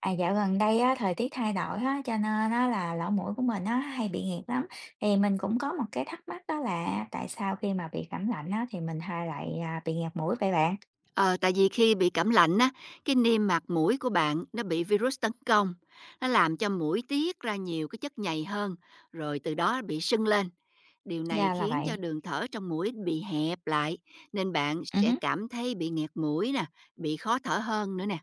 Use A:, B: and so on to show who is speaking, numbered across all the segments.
A: À, dạo gần đây á, thời tiết thay đổi á, cho nên á, là lỗ mũi của mình á, hay bị nghẹt lắm. Thì mình cũng có một cái thắc mắc đó là tại sao khi mà bị cảm lạnh á, thì mình hay lại à, bị nghẹt mũi vậy bạn?
B: Ờ, tại vì khi bị cảm lạnh á, cái niêm mạc mũi của bạn nó bị virus tấn công, nó làm cho mũi tiết ra nhiều cái chất nhầy hơn, rồi từ đó bị sưng lên. Điều này
A: Ra là
B: khiến cho
A: vậy.
B: đường thở trong mũi bị hẹp lại, nên bạn
A: Ừ
B: sẽ
A: hứ.
B: cảm thấy bị nghẹt mũi nè, bị khó thở hơn nữa nè.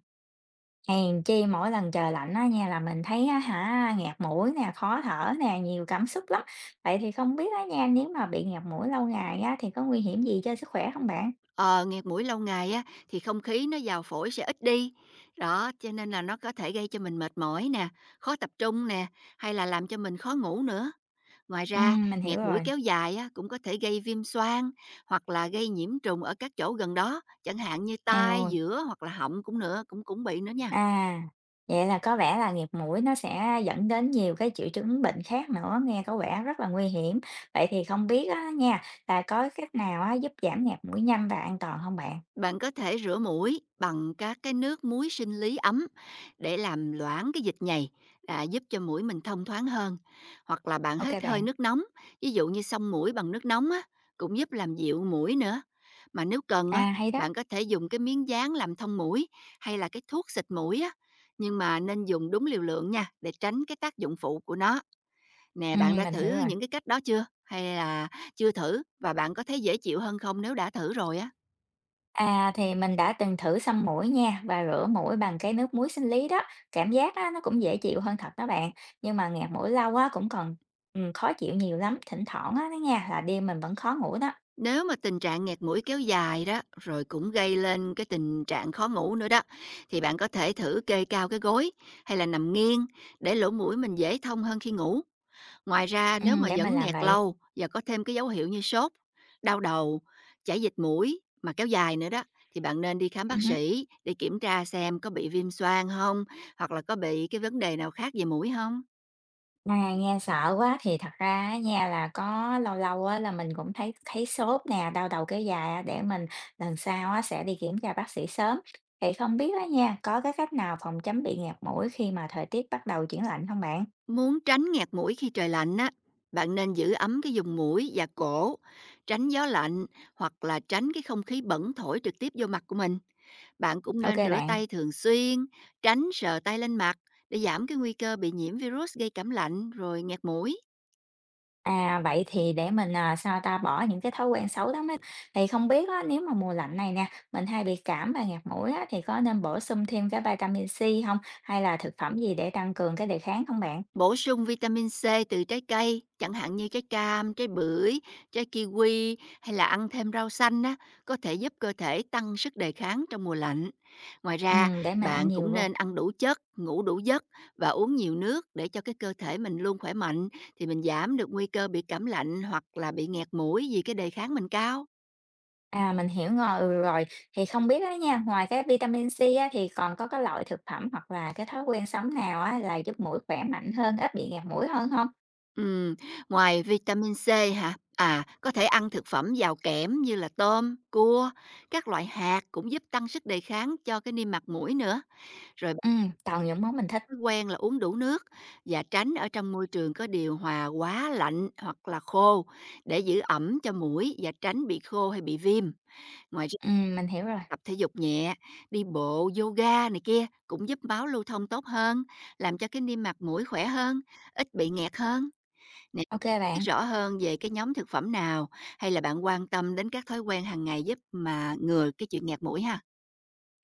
A: Hèn chi mỗi lần trời lạnh á, nha là mình thấy á, hả nghẹt mũi nè, khó thở nè, nhiều cảm xúc lắm. Vậy thì không biết á, nha nếu mà bị nghẹt mũi lâu ngày á, thì có nguy hiểm gì cho sức khỏe không bạn?
B: Ờ, nghẹt mũi lâu ngày á, thì không khí nó vào phổi sẽ ít đi. Đó, cho nên là nó có thể gây cho mình mệt mỏi nè, khó tập trung nè, hay là làm cho mình khó ngủ nữa. Ngoài
A: Ừ,
B: ra,
A: mình hiểu
B: nghẹt mũi
A: rồi.
B: kéo dài á, cũng có thể gây viêm xoang hoặc là gây nhiễm trùng ở các chỗ gần đó, chẳng hạn như
A: Eo
B: tai,
A: ôi.
B: giữa hoặc là họng cũng nữa cũng cũng bị nữa nha.
A: À, vậy là có vẻ là nghẹt mũi nó sẽ dẫn đến nhiều cái triệu chứng bệnh khác nữa, nghe có vẻ rất là nguy hiểm. Vậy thì không biết á nha, là có cách nào á giúp giảm nghẹt mũi nhanh và an toàn không bạn?
B: Bạn có thể rửa mũi bằng các cái nước muối sinh lý ấm để làm loãng cái dịch nhầy, giúp cho mũi mình thông thoáng hơn. Hoặc là bạn
A: OK
B: hít hơi
A: bạn.
B: nước nóng, ví dụ như xông mũi bằng nước nóng á, cũng giúp làm dịu mũi nữa. Mà nếu cần á,
A: À, hay đó,
B: bạn có thể dùng cái miếng dán làm thông mũi hay là cái thuốc xịt mũi á, nhưng mà nên dùng đúng liều lượng nha để tránh cái tác dụng phụ của nó. Nè, bạn đã
A: mình
B: thử
A: hiểu rồi.
B: những cái cách đó chưa? Hay là chưa thử và bạn có thấy dễ chịu hơn không nếu đã thử rồi á?
A: À, thì mình đã từng thử xăm mũi nha và rửa mũi bằng cái nước muối sinh lý đó, cảm giác á nó cũng dễ chịu hơn thật đó bạn, nhưng mà nghẹt mũi lâu á cũng còn, khó chịu nhiều lắm, thỉnh thoảng á đó nha, là đêm mình vẫn khó ngủ đó.
B: Nếu mà tình trạng nghẹt mũi kéo dài đó, rồi cũng gây lên cái tình trạng khó ngủ nữa đó, thì bạn có thể thử kê cao cái gối hay là nằm nghiêng để lỗ mũi mình dễ thông hơn khi ngủ. Ngoài ra nếu mà
A: Để mình
B: vẫn
A: làm
B: nghẹt
A: vậy.
B: lâu và có thêm cái dấu hiệu như sốt, đau đầu, chảy dịch mũi mà kéo dài nữa đó, thì bạn nên đi khám bác
A: Ừm.
B: sĩ để kiểm tra xem có bị viêm xoang không, hoặc là có bị cái vấn đề nào khác về mũi không.
A: À, nghe sợ quá! Thì thật ra á nha là có lâu lâu á là mình cũng thấy thấy sốt nè, đau đầu kéo dài á, để mình lần sau á sẽ đi kiểm tra bác sĩ sớm. Thì không biết á nha, có cái cách nào phòng chống bị nghẹt mũi khi mà thời tiết bắt đầu chuyển lạnh không bạn?
B: Muốn tránh nghẹt mũi khi trời lạnh á, bạn nên giữ ấm cái vùng mũi và cổ, tránh gió lạnh hoặc là tránh cái không khí bẩn thổi trực tiếp vô mặt của mình. Bạn cũng
A: OK
B: nên rửa
A: bạn.
B: tay thường xuyên, tránh sờ tay lên mặt để giảm cái nguy cơ bị nhiễm virus gây cảm lạnh rồi nghẹt mũi.
A: À, vậy thì để mình, à, sao ta, bỏ những cái thói quen xấu đó mới thì không biết á nếu mà mùa lạnh này nè, mình hay bị cảm và nghẹt mũi á, thì có nên bổ sung thêm cái vitamin C không? Hay là thực phẩm gì để tăng cường cái đề kháng không bạn?
B: Bổ sung vitamin C từ trái cây, chẳng hạn như trái cam, trái bưởi, trái kiwi hay là ăn thêm rau xanh á, có thể giúp cơ thể tăng sức đề kháng trong mùa lạnh. Ngoài ra,
A: Để mình ăn
B: bạn
A: nhiều
B: cũng
A: vô.
B: nên ăn đủ chất, ngủ đủ giấc và uống nhiều nước để cho cái cơ thể mình luôn khỏe mạnh thì mình giảm được nguy cơ bị cảm lạnh hoặc là bị nghẹt mũi vì cái đề kháng mình cao.
A: À, mình hiểu ngồi ừ, rồi. Thì không biết á nha, ngoài cái vitamin C á, thì còn có cái loại thực phẩm hoặc là cái thói quen sống nào á, là giúp mũi khỏe mạnh hơn, ít bị nghẹt mũi hơn không?
B: Ừm, ngoài vitamin C hả? Có thể ăn thực phẩm giàu kẽm như là tôm, cua, các loại hạt cũng giúp tăng sức đề kháng cho cái niêm mạc mũi nữa. Rồi bạn
A: Toàn những món mình thích.
B: thói quen là uống đủ nước và tránh ở trong môi trường có điều hòa quá lạnh hoặc là khô để giữ ẩm cho mũi và tránh bị khô hay bị viêm. Ngoài ra
A: Mình hiểu rồi.
B: tập thể dục nhẹ, đi bộ, yoga này kia cũng giúp máu lưu thông tốt hơn, làm cho cái niêm mạc mũi khỏe hơn, ít bị nghẹt hơn. Nè,
A: OK
B: biết
A: bạn.
B: rõ hơn về cái nhóm thực phẩm nào hay là bạn quan tâm đến các thói quen hàng ngày giúp mà ngừa cái chuyện nghẹt mũi ha?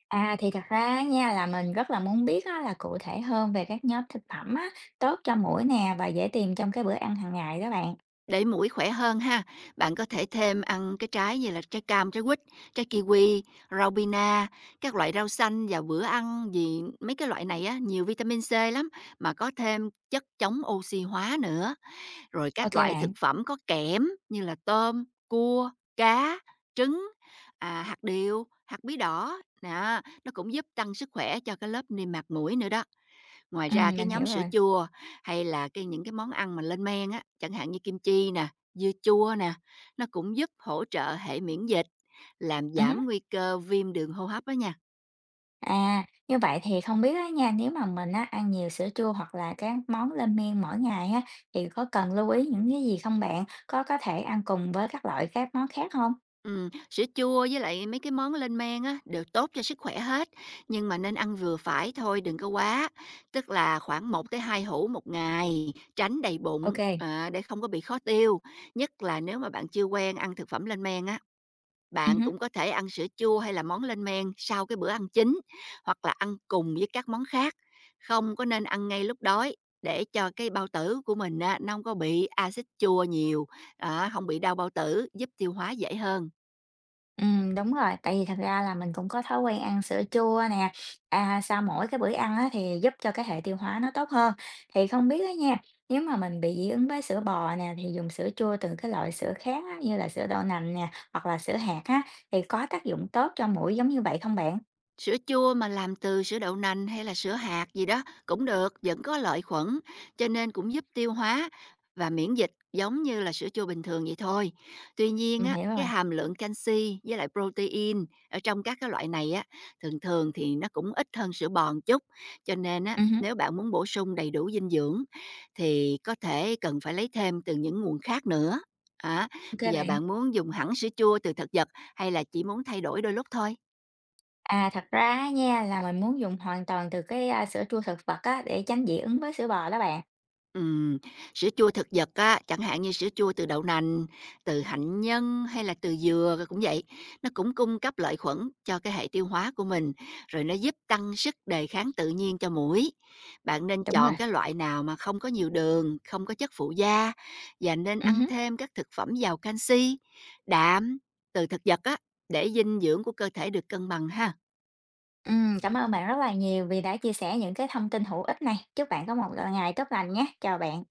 A: À, thì thật ra á nha, là mình rất là muốn biết á, là cụ thể hơn về các nhóm thực phẩm á, tốt cho mũi nè và dễ tìm trong cái bữa ăn hàng ngày đó bạn.
B: Để mũi khỏe hơn ha, bạn có thể thêm ăn cái trái như là trái cam, trái quýt, trái kiwi, rau bina, các loại rau xanh vào bữa ăn vì mấy cái loại này á nhiều vitamin C lắm mà có thêm chất chống oxy hóa nữa. Rồi các
A: OK
B: loại thực
A: bạn.
B: phẩm có kẽm như là tôm, cua, cá, trứng, hạt điều, hạt bí đỏ. Đó, nó cũng giúp tăng sức khỏe cho cái lớp niêm mạc mũi nữa đó. Ngoài ra cái
A: Mình
B: nhóm
A: hiểu
B: sữa
A: rồi.
B: chua hay là cái những cái món ăn mà lên men á, chẳng hạn như kim chi nè, dưa chua nè, nó cũng giúp hỗ trợ hệ miễn dịch, làm
A: Ừm.
B: giảm nguy cơ viêm đường hô hấp đó nha.
A: À, như vậy thì không biết á nha, nếu mà mình á, ăn nhiều sữa chua hoặc là các món lên men mỗi ngày á, thì có cần lưu ý những cái gì không bạn? Có thể ăn cùng với các loại các món khác không?
B: Sữa chua với lại mấy cái món lên men á, đều tốt cho sức khỏe hết, nhưng mà nên ăn vừa phải thôi, đừng có quá. Tức là khoảng một tới hai hũ một ngày, tránh đầy bụng,
A: OK.
B: để không có bị khó tiêu. Nhất là nếu mà bạn chưa quen ăn thực phẩm lên men á,
A: Ừ,
B: bạn cũng có thể ăn sữa chua hay là món lên men sau cái bữa ăn chính, hoặc là ăn cùng với các món khác. Không có nên ăn ngay lúc đói để cho cái bao tử của mình á, nó hông có bị axit chua nhiều, đó, hông bị đau bao tử, giúp tiêu hóa dễ hơn.
A: ừ, đúng rồi, tại vì thật ra là mình cũng có thói quen ăn sữa chua nè. À, sau mỗi cái bữa ăn á, thì giúp cho cái hệ tiêu hóa nó tốt hơn. Thì không biết đó nha, nếu mà mình bị dị ứng với sữa bò nè, thì dùng sữa chua từ cái loại sữa khác á, như là sữa đậu nành nè, hoặc là sữa hạt á, thì có tác dụng tốt cho mũi giống như vậy không bạn?
B: Sữa chua mà làm từ sữa đậu nành hay là sữa hạt gì đó cũng được, vẫn có lợi khuẩn, cho nên cũng giúp tiêu hóa và miễn dịch giống như là sữa chua bình thường vậy thôi. Tuy nhiên
A: Mình
B: á,
A: hiểu
B: cái
A: rồi.
B: hàm lượng canxi với lại protein ở trong các cái loại này á, thường thường thì nó cũng ít hơn sữa bòn chút. Cho nên á,
A: Hứm,
B: nếu bạn muốn bổ sung đầy đủ dinh dưỡng thì có thể cần phải lấy thêm từ những nguồn khác nữa. À,
A: ô
B: Bây giờ
A: bạn.
B: bạn muốn dùng hẳn sữa chua từ thực vật hay là chỉ muốn thay đổi đôi lúc thôi?
A: À, thật ra á nha, là mình muốn dùng hoàn toàn từ cái, sữa chua thực vật á, để tránh dị ứng với sữa bò đó bạn.
B: Ừm, sữa chua thực vật á, chẳng hạn như sữa chua từ đậu nành, từ hạnh nhân hay là từ dừa rồi cũng vậy, nó cũng cung cấp lợi khuẩn cho cái hệ tiêu hóa của mình, rồi nó giúp tăng sức đề kháng tự nhiên cho mũi. Bạn nên
A: Đúng rồi.
B: chọn cái loại nào mà không có nhiều đường, không có chất phụ gia và nên ăn
A: Hứm,
B: thêm các thực phẩm giàu canxi, đạm từ thực vật á để dinh dưỡng của cơ thể được cân bằng ha.
A: cảm ơn bạn rất là nhiều vì đã chia sẻ những cái thông tin hữu ích này. Chúc bạn có một, ngày tốt lành nhé. Chào bạn.